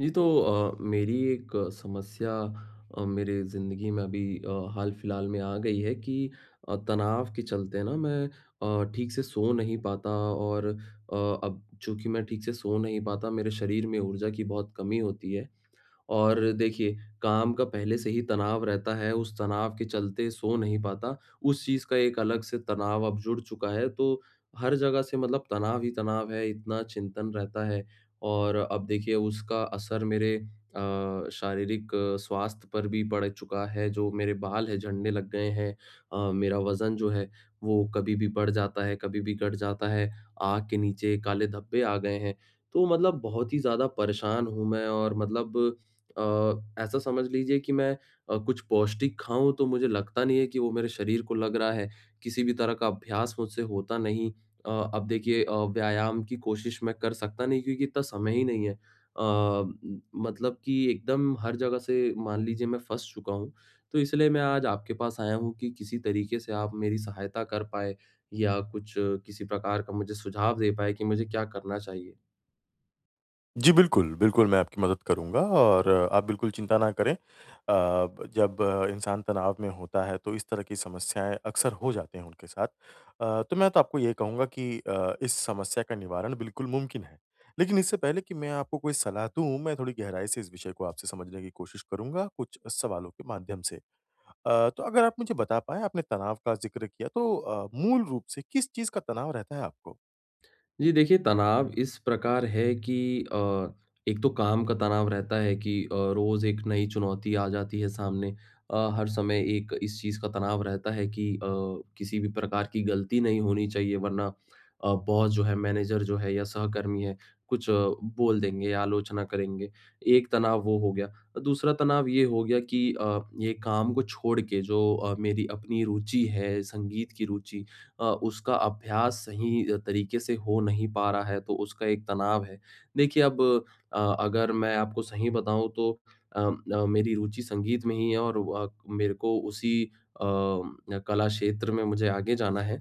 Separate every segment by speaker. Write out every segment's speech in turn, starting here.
Speaker 1: जी, तो मेरी एक समस्या मेरे ज़िंदगी में अभी हाल-फिलहाल में आ गई है कि तनाव के चलते ना मैं ठीक से सो नहीं पाता और अब चूँकि मैं ठीक से सो नहीं पाता, मेरे शरीर में ऊर्जा की बहुत कमी होती है। और देखिए, काम का पहले से ही तनाव रहता है, उस तनाव के चलते सो नहीं पाता, उस चीज़ का एक अलग से तनाव अब जुड़ चुका है, तो हर जगह से मतलब तनाव ही तनाव है, इतना चिंतन रहता है। और अब देखिए उसका असर मेरे शारीरिक स्वास्थ्य पर भी पड़ चुका है, जो मेरे बाल हैं झड़ने लग गए हैं। मेरा वज़न जो है वो कभी भी बढ़ जाता है, कभी भी घट जाता है, आँख के नीचे काले धब्बे आ गए हैं। तो मतलब बहुत ही ज़्यादा परेशान हूँ मैं और मतलब ऐसा समझ लीजिए कि मैं कुछ पौष्टिक खाऊँ तो मुझे लगता नहीं है कि वो मेरे शरीर को लग रहा है, किसी भी तरह का अभ्यास मुझसे होता नहीं। अब देखिए व्यायाम की कोशिश मैं कर सकता नहीं क्योंकि इतना समय ही नहीं है। अ, म मतलब कि एकदम हर जगह से मान लीजिए मैं फँस चुका हूँ, तो इसलिए मैं आज आपके पास आया हूँ कि किसी तरीके से आप मेरी सहायता कर पाएँ या कुछ किसी प्रकार का मुझे सुझाव दे पाएँ कि मुझे क्या करना चाहिए?
Speaker 2: जी, बिल्कुल, बिल्कुल मैं आपकी मदद करूँगा और आप बिल्कुल चिंता ना करें। जब इंसान तनाव में होता है तो इस तरह की समस्याएँ अक्सर हो जाते हैं उनके साथ। तो मैं तो आपको ये कहूँगा कि इस समस्या का निवारण बिल्कुल मुमकिन है। लेकिन इससे पहले कि मैं आपको कोई सलाह दूँ, मैं थोड़ी गहराई से इस विषय को आपसे समझने की कोशिश करूँगा कुछ सवालों के माध्यम से। तो अगर आप मुझे बता पाएँ आपने तनाव का ज़िक्र किया तो मूल रूप से किस चीज़ का तनाव रहता है आपको?
Speaker 1: जी देखिए, तनाव इस प्रकार है कि अ, एक तो काम का तनाव रहता है कि रोज़ एक नई चुनौती आ जाती है सामने। हर समय एक इस चीज़ का तनाव रहता है कि किसी भी प्रकार की गलती नहीं होनी चाहिए वरना बॉस जो है, मैनेजर जो है या सहकर्मी है, कुछ बोल देंगे या आलोचना करेंगे। एक तनाव वो हो गया। दूसरा तनाव ये हो गया कि ये काम को छोड़ के जो मेरी अपनी रुचि है, संगीत की रुचि उसका अभ्यास सही तरीके से हो नहीं पा रहा है, तो उसका एक तनाव है। देखिए अब अगर मैं आपको सही बताऊँ तो अ मेरी रुचि संगीत में ही है और व मेरे को उसी कला क्षेत्र में मुझे आगे जाना है।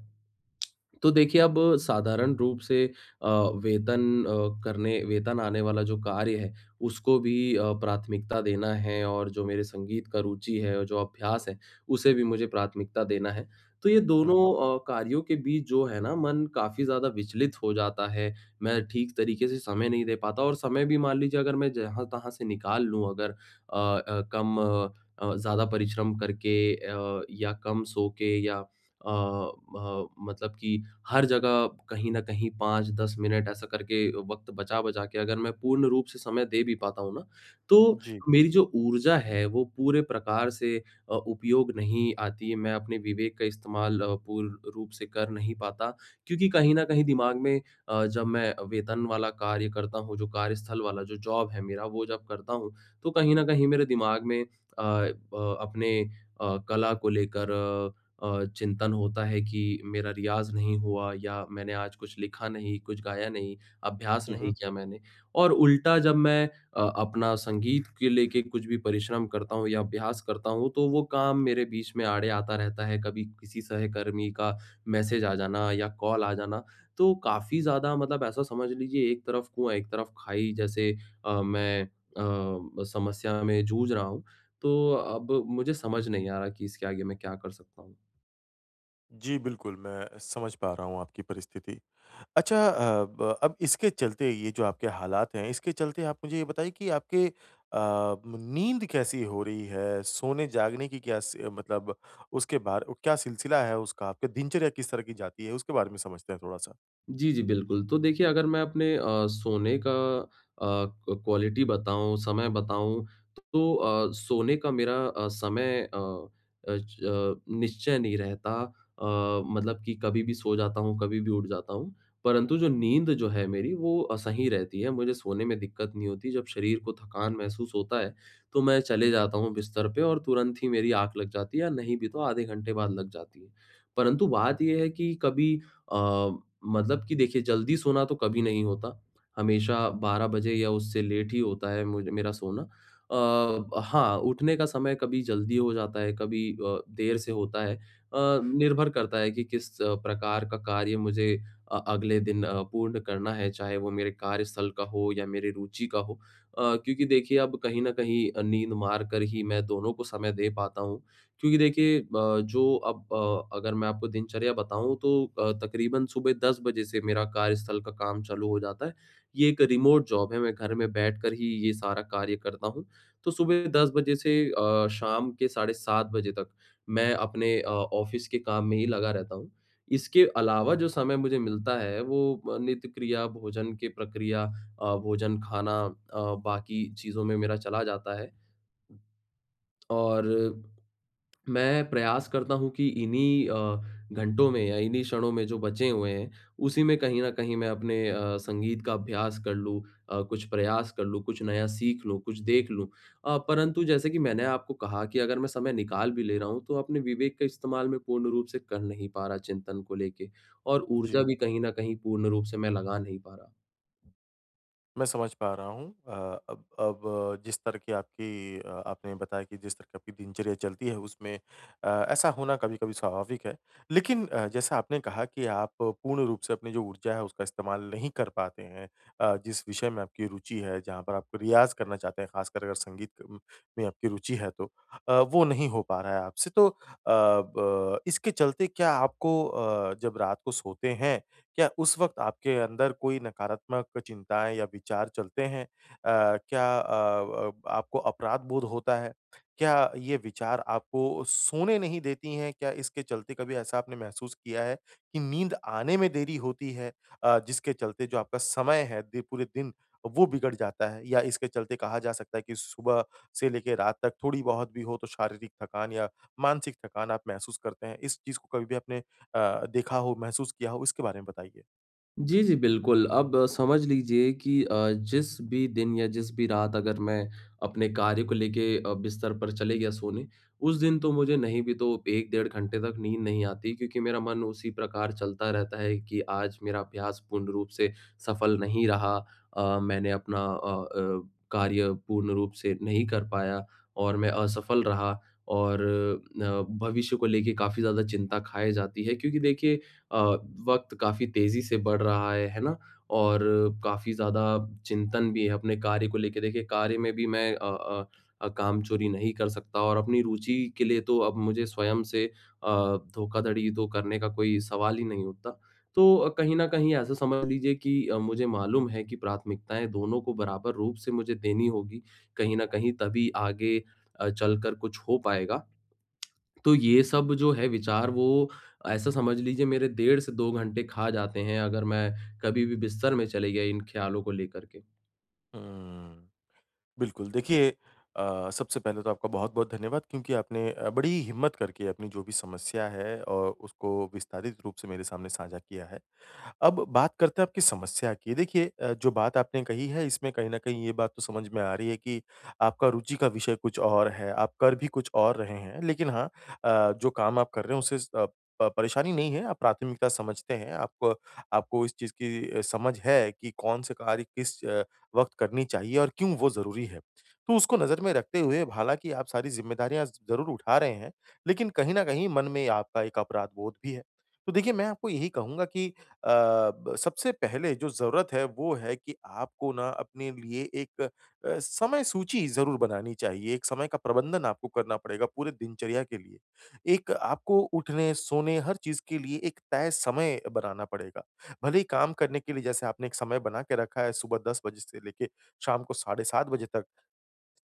Speaker 1: तो देखिए अब साधारण रूप से वेतन अ, करने वेतन आने वाला जो कार्य है उसको भी प्राथमिकता देना है और जो मेरे संगीत का रुचि है और जो अभ्यास है उसे भी मुझे प्राथमिकता देना है। तो ये
Speaker 2: हुँ।
Speaker 1: दोनों कार्यों के बीच जो है ना मन काफ़ी ज़्यादा विचलित हो जाता है। मैं ठीक तरीके से समय नहीं दे पाता और समय भी मान लीजिए अगर मैं जहाँ-तहाँ से निकाल लूँ अगर कम ज़्यादा परिश्रम करके या कम सो के या अ, म मतलब कि हर जगह कहीं न कहीं 5-10 मिनट ऐसा करके वक़्त बचा-बचा के अगर मैं पूर्ण रूप से समय दे भी पाता हूँ ना, तो
Speaker 2: जी।
Speaker 1: मेरी जो ऊर्जा है वो पूरे प्रकार से उपयोग नहीं आती है। मैं अपने विवेक का इस्तेमाल पूर्ण रूप से कर नहीं पाता क्योंकि कहीं न कहीं दिमाग में जब मैं वेतन वाला कार्य करता हूँ, जो कार्यस्थल वाला जो जॉब है मेरा वो जब करता हूँ, तो कहीं न कहीं मेरे दिमाग में अ, ब अपने कला को लेकर चिंतन होता है कि मेरा रियाज़ नहीं हुआ या मैंने आज कुछ लिखा नहीं, कुछ गाया नहीं, अभ्यास
Speaker 2: हुँ,
Speaker 1: नहीं
Speaker 2: हुँ।
Speaker 1: किया मैंने। और उल्टा जब मैं अपना संगीत के लेके कुछ भी परिश्रम करता हूँ या अभ्यास करता हूँ, तो वो काम मेरे बीच में आड़े आता रहता है। कभी किसी सहकर्मी का मैसेज आ जाना या कॉल आ जाना, तो काफ़ी ज़्यादा मतलब ऐसा समझ लीजिए एक तरफ कुआँ, एक तरफ खाई जैसे मैं समस्या में जूझ रहा हूँ। तो अब मुझे समझ नहीं आ रहा कि इसके आगे मैं क्या कर सकता हूँ?
Speaker 2: जी, बिल्कुल, मैं समझ पा रहा हूँ आपकी परिस्थिति। अच्छा अ, ब अब इसके चलते ये जो आपके हालात हैं, इसके चलते आप मुझे ये बताइए कि आपके अ, म नींद कैसी हो रही है? सोने-जागने की क्या स मतलब उसके बार क्या सिलसिला है उसका? आपकी दिनचर्या किस तरह की जाती है? उसके बारे में समझते हैं थोड़ा-सा।
Speaker 1: जी, जी, बिल्कुल। तो देखिए अगर मैं अपने सोने का अ, क क्वालिटी बताऊँ, समय बताऊँ तो सोने का मेरा समय निश्चय नहीं रहता, मतलब कि कभी भी सो जाता हूँ, कभी भी उठ जाता हूँ। परंतु जो नींद जो है मेरी वो सही रहती है, मुझे सोने में दिक्कत नहीं होती। जब शरीर को थकान महसूस होता है, तो मैं चले जाता हूँ बिस्तर पे और तुरंत ही मेरी आँख लग जाती है या नहीं भी तो आधे घंटे बाद लग जाती है। परंतु बात ये है कि कभी अ, मतलब कि देखिए जल्दी सोना तो कभी नहीं होता, हमेशा 12 बजे या उससे लेट ही होता है मुझ मेरा सोना। हाँ, उठने का समय कभी जल्दी हो जाता है, कभी देर से होता है। निर्भर करता है कि किस प्रकार का कार्य मुझे अगले दिन पूर्ण करना है, चाहे वो मेरे कार्यस्थल का हो या मेरी रुचि का हो। क्योंकि देखिए अब कहीं न कहीं नींद मार कर ही मैं दोनों को समय दे पाता हूँ। क्योंकि देखिए जो अब अगर मैं आपको दिनचर्या बताऊँ तो तकरीबन सुबह 10 बजे से मेरा कार्यस्थल का काम चालू हो जाता है। ये एक रिमोट जॉब है, मैं घर में बैठकर ही ये सारा कार्य करता हूँ। तो सुबह 10 बजे से शाम के साढ़े 7 बजे तक मैं अपने ऑफ़िस के काम में ही लगा रहता हूँ। इसके अलावा जो समय मुझे मिलता है वो नित्य क्रिया, भोजन की प्रक्रिया, भोजन, खाना, बाकी चीज़ों में मेरा चला जाता है। और मैं प्रयास करता हूँ कि इन्हीं घंटों में या इन्हीं क्षणों में जो बचे हुए हैं, उसी में कहीं न कहीं मैं अपने संगीत का अभ्यास कर लूँ, कुछ प्रयास कर लूँ, कुछ नया सीख लूँ, कुछ देख लूँ। परंतु जैसे कि मैंने आपको कहा कि अगर मैं समय निकाल भी ले रहा हूँ, तो अपने विवेक का इस्तेमाल मैं पूर्ण रूप से कर नहीं पा रहा चिंतन को लेके और ऊर्जा
Speaker 2: जी।
Speaker 1: भी कहीं न कहीं पूर्ण रूप से मैं लगा नहीं पा रहा।
Speaker 2: मैं समझ पा रहा हूँ। अब अब जिस तरह की आपकी आपने बताया कि जिस तरह की आपकी दिनचर्या चलती है उसमें ऐसा होना कभी-कभी स्वाभाविक है। लेकिन जैसा आपने कहा कि आप पूर्ण रूप से अपनी जो ऊर्जा है उसका इस्तेमाल नहीं कर पाते हैं। जिस विषय में आपकी रुचि है, जहाँ पर आप रियाज़ करना चाहते हैं, ख़ासकर अगर संगीत क में आपकी रुचि है तो वो नहीं हो पा रहा है आपसे। तो अ, ब इसके चलते क्या आपको जब रात को सोते हैं क्या उस वक़्त आपके अंदर कोई नकारात्मक चिंताएँ या विचार चलते हैं? क्या अब आपको अपराध बोध होता है? क्या ये विचार आपको सोने नहीं देती हैं? क्या इसके चलते कभी ऐसा आपने महसूस किया है कि नींद आने में देरी होती है जिसके चलते जो आपका समय है दि पूरे दिन वो बिगड़ जाता है? या इसके चलते कहा जा सकता है कि सुबह से लेके रात तक थोड़ी-बहुत भी हो तो शारीरिक थकान या मानसिक थकान आप महसूस करते हैं? इस चीज़ को कभी भी आपने देखा हो, महसूस किया हो, इसके बारे में बताइए?
Speaker 1: जी, जी, बिल्कुल। अब समझ लीजिए कि जिस भी दिन या जिस भी रात अगर मैं अपने कार्य को लेके बिस्तर पर चले गया सोने, उस दिन तो मुझे नहीं भी तो 1 डेढ़ घंटे तक नींद नहीं आती क्योंकि मेरा मन उसी प्रकार चलता रहता है कि आज मेरा अभ्यास पूर्ण रूप से सफल नहीं रहा। मैंने अपना कार्य पूर्ण रूप से नहीं कर पाया और मैं असफल रहा और भविष्य को लेके काफ़ी ज़्यादा चिंता खाए जाती है क्योंकि देखिए अ, वक़्त काफ़ी तेज़ी से बढ़ रहा है ना? और काफ़ी ज़्यादा चिंतन भी है अपने कार्य को लेके। देखिए, कार्य में भी मैं कामचोरी नहीं कर सकता और अपनी रुचि के लिए तो अब मुझे स्वयं से धोखाधड़ी तो करने का कोई सवाल ही नहीं उठता। तो कहीं न कहीं ऐसा समझ लीजिए कि मुझे मालूम है कि प्राथमिकताएँ दोनों को बराबर रूप से मुझे देनी होगी, कहीं न कहीं तभी आगे चलकर कुछ हो पाएगा। तो ये सब जो है विचार वो ऐसा समझ लीजिए मेरे डेढ़ से 2 घंटे खा जाते हैं अगर मैं कभी भी बिस्तर में चले गया इन ख़्यालों को लेकर के।
Speaker 2: हुँ। बिल्कुल, देखिए सबसे पहले तो आपका बहुत-बहुत धन्यवाद क्योंकि आपने बड़ी हिम्मत करके अपनी जो भी समस्या है उसको विस्तारित रूप से मेरे सामने साझा किया है। अब बात करते हैं आपकी समस्या की। देखिए जो बात आपने कही है इसमें कहीं न कहीं ये बात तो समझ में आ रही है कि आपका रुचि का विषय कुछ और है, आप कर भी कुछ और रहे हैं। लेकिन हाँ जो काम आप कर रहे हैं उससे स अ, प परेशानी नहीं है, आप प्राथमिकता समझते हैं। आपको आपको इस चीज़ की समझ है कि कौन से कार्य किस वक़्त करनी चाहिए और क्यों वो ज़रूरी है। तो उसको नज़र में रखते हुए हालाँकि आप सारी ज़िम्मेदारियाँ ज़रूर उठा रहे हैं, लेकिन कहीं न कहीं मन में आपका एक अपराध बोध भी है। तो देखिए मैं आपको यही कहूँगा कि अ, ब सबसे पहले जो ज़रूरत है वो है कि आपको ना अपने लिए एक समय सूची ज़रूर बनानी चाहिए, एक समय का प्रबंधन आपको करना पड़ेगा पूरे दिनचर्या के लिए। एक आपको उठने, सोने हर चीज़ के लिए एक तय समय बनाना पड़ेगा। भले ही काम करने के लिए जैसे आपने एक समय बना के रखा है सुबह 10 बजे से लेके शाम को साढ़े 7 बजे तक।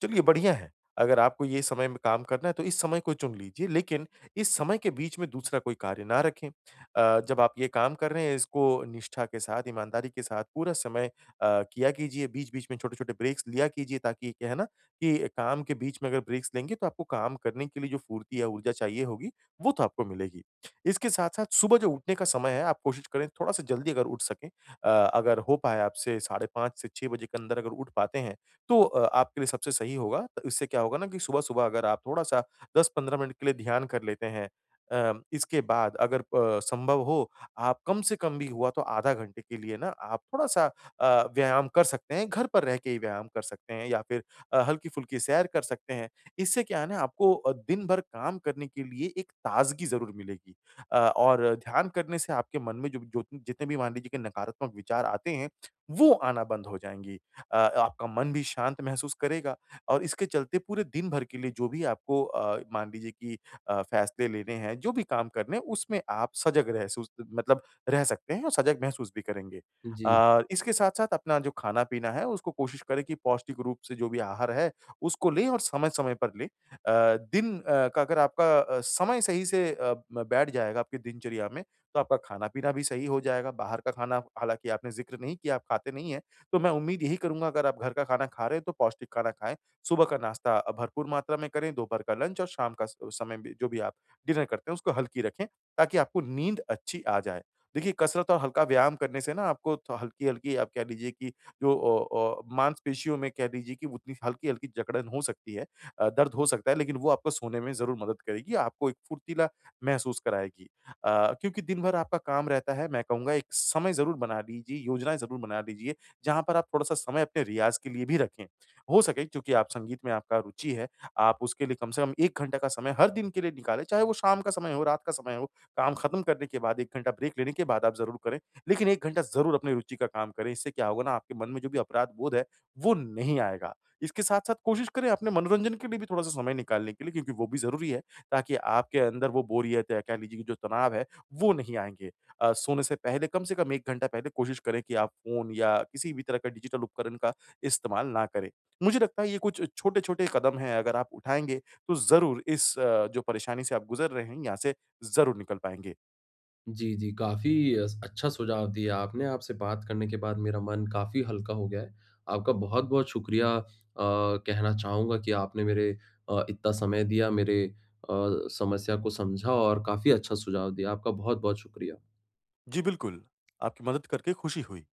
Speaker 2: चलिए बढ़िया है। अगर आपको ये समय में काम करना है तो इस समय को चुन लीजिए लेकिन इस समय के बीच में दूसरा कोई कार्य ना रखें। जब आप ये काम कर रहे हैं इसको निष्ठा के साथ, ईमानदारी के साथ पूरा समय किया कीजिए, बीच-बीच में छोटे-छोटे ब्रेक्स लिया कीजिए ताकि क्या है ना कि काम के बीच में अगर ब्रेक्स लेंगे तो आपको काम करने के लिए जो फुर्ती या ऊर्जा चाहिए होगी, वो तो आपको मिलेगी। इसके साथ-साथ सुबह जो उठने का समय है आप कोशिश करें थोड़ा-सा जल्दी अगर उठ सकें। अ, अगर हो पाए आपसे साढ़े 5 से 6 बजे के अंदर अगर उठ पाते हैं तो आपके लिए सबसे सही होगा। तो इससे क्या होगा ना कि सुबह-सुबह अगर आप थोड़ा-सा 10-15 मिनट के लिए ध्यान कर लेते हैं। इसके बाद अगर संभव हो आप कम से कम भी हुआ तो आधा घंटे के लिए ना आप थोड़ा-सा व्यायाम कर सकते हैं, घर पर रह के ही व्यायाम कर सकते हैं या फिर हल्की-फुल्की सैर कर सकते हैं। इससे क्या है ना आपको दिन भर काम करने के लिए एक ताज़गी ज़रूर मिलेगी। और ध्यान करने से आपके मन में जो जो जितने भी मान लीजिए कि नकारात्मक विचार आते हैं, वो आना बंद हो जाएँगी। आपका मन भी शांत महसूस करेगा और इसके चलते पूरे दिन भर के लिए जो भी आपको मान लीजिए कि फैसले लेने हैं, जो भी काम करने हैं, उसमें आप सजग रहसूस मतलब रह सकते हैं और सजग महसूस भी करेंगे।
Speaker 1: जी।
Speaker 2: इसके साथ-साथ अपना जो खाना-पीना है, उसको कोशिश करें कि पौष्टिक रूप से जो भी आहार है, उसको लें और समय-समय पर लें। का अगर आपका समय सही से अ, म बैठ जाएगा आपकी दिनचर्या में, तो आपका खाना-पीना भी सही हो जाएगा। बाहर का खाना हालाँकि आपने ज़िक्र नहीं किया, आप खाते नहीं हैं। तो मैं उम्मीद यही करूँगा अगर आप घर का खाना खा रहे हैं तो पौष्टिक खाना खाएँ, सुबह का नाश्ता भरपूर मात्रा में करें, दोपहर का लंच और शाम का स समय भी जो भी आप डिनर करते हैं उसको हल्की रखें, ताकि आपको नींद अच्छी आ जाए। देखिए कसरत और हल्का व्यायाम करने से ना आपको थ हल्की-हल्की आप कह लीजिए कि जो मांसपेशियों में कह लीजिए कि उतनी हल्की-हल्की जकड़न हो सकती है, दर्द हो सकता है लेकिन वो आपको सोने में ज़रूर मदद करेगी, आपको एक फुर्तीला महसूस कराएगी। क्योंकि दिन भर आपका काम रहता है, मैं कहूँगा एक समय ज़रूर बना लीजिए, योजनाएँ ज़रूर बना लीजिए जहाँ पर आप थोड़ा-सा समय अपने रियाज़ के लिए भी रखें। हो सके क्योंकि आप संगीत में आपका रुचि है, आप उसके लिए कम से कम 1 घंटा का समय हर दिन के लिए निकालें, चाहे वो शाम का समय हो, रात का समय हो, काम खत्म करने के बाद 1 घंटा ब्रेक लेने के बाद आप ज़रूर करें, लेकिन 1 घंटा ज़रूर अपनी रुचि का काम करें। इससे क्या होगा ना आपके मन में जो भी अपराध बोध है, वो नहीं आएगा। इसके साथ-साथ कोशिश करें अपने मनोरंजन के लिए भी थोड़ा-सा समय निकालने के लिए क्योंकि वो भी ज़रूरी है, ताकि आपके अंदर वो बोरियत या कह लीजिए कि जो तनाव है, वो नहीं आएँगे। सोने से पहले कम से कम 1 घंटा पहले कोशिश करें कि आप फ़ोन या किसी भी तरह का डिजिटल उपकरण का इस्तेमाल ना करें। मुझे लगता है ये कुछ छोटे-छोटे कदम हैं अगर आप उठाएँगे तो ज़रूर इस जो परेशानी से आप गुज़र रहे हैं यहाँ से ज़रूर निकल पाएँगे।
Speaker 1: जी, जी, काफ़ी अस अच्छा सुझाव दिया आपने, आपसे बात करने के बाद मेरा मन काफ़ी हल्का हो गया है। आपका बहुत-बहुत शुक्रिया, कहना चाहूँगा कि आपने मेरे इतना समय दिया, मेरे समस्या को समझा और काफ़ी अच्छा सुझाव दिया। आपका बहुत-बहुत शुक्रिया।
Speaker 2: जी बिल्कुल, आपकी मदद करके खुशी हुई।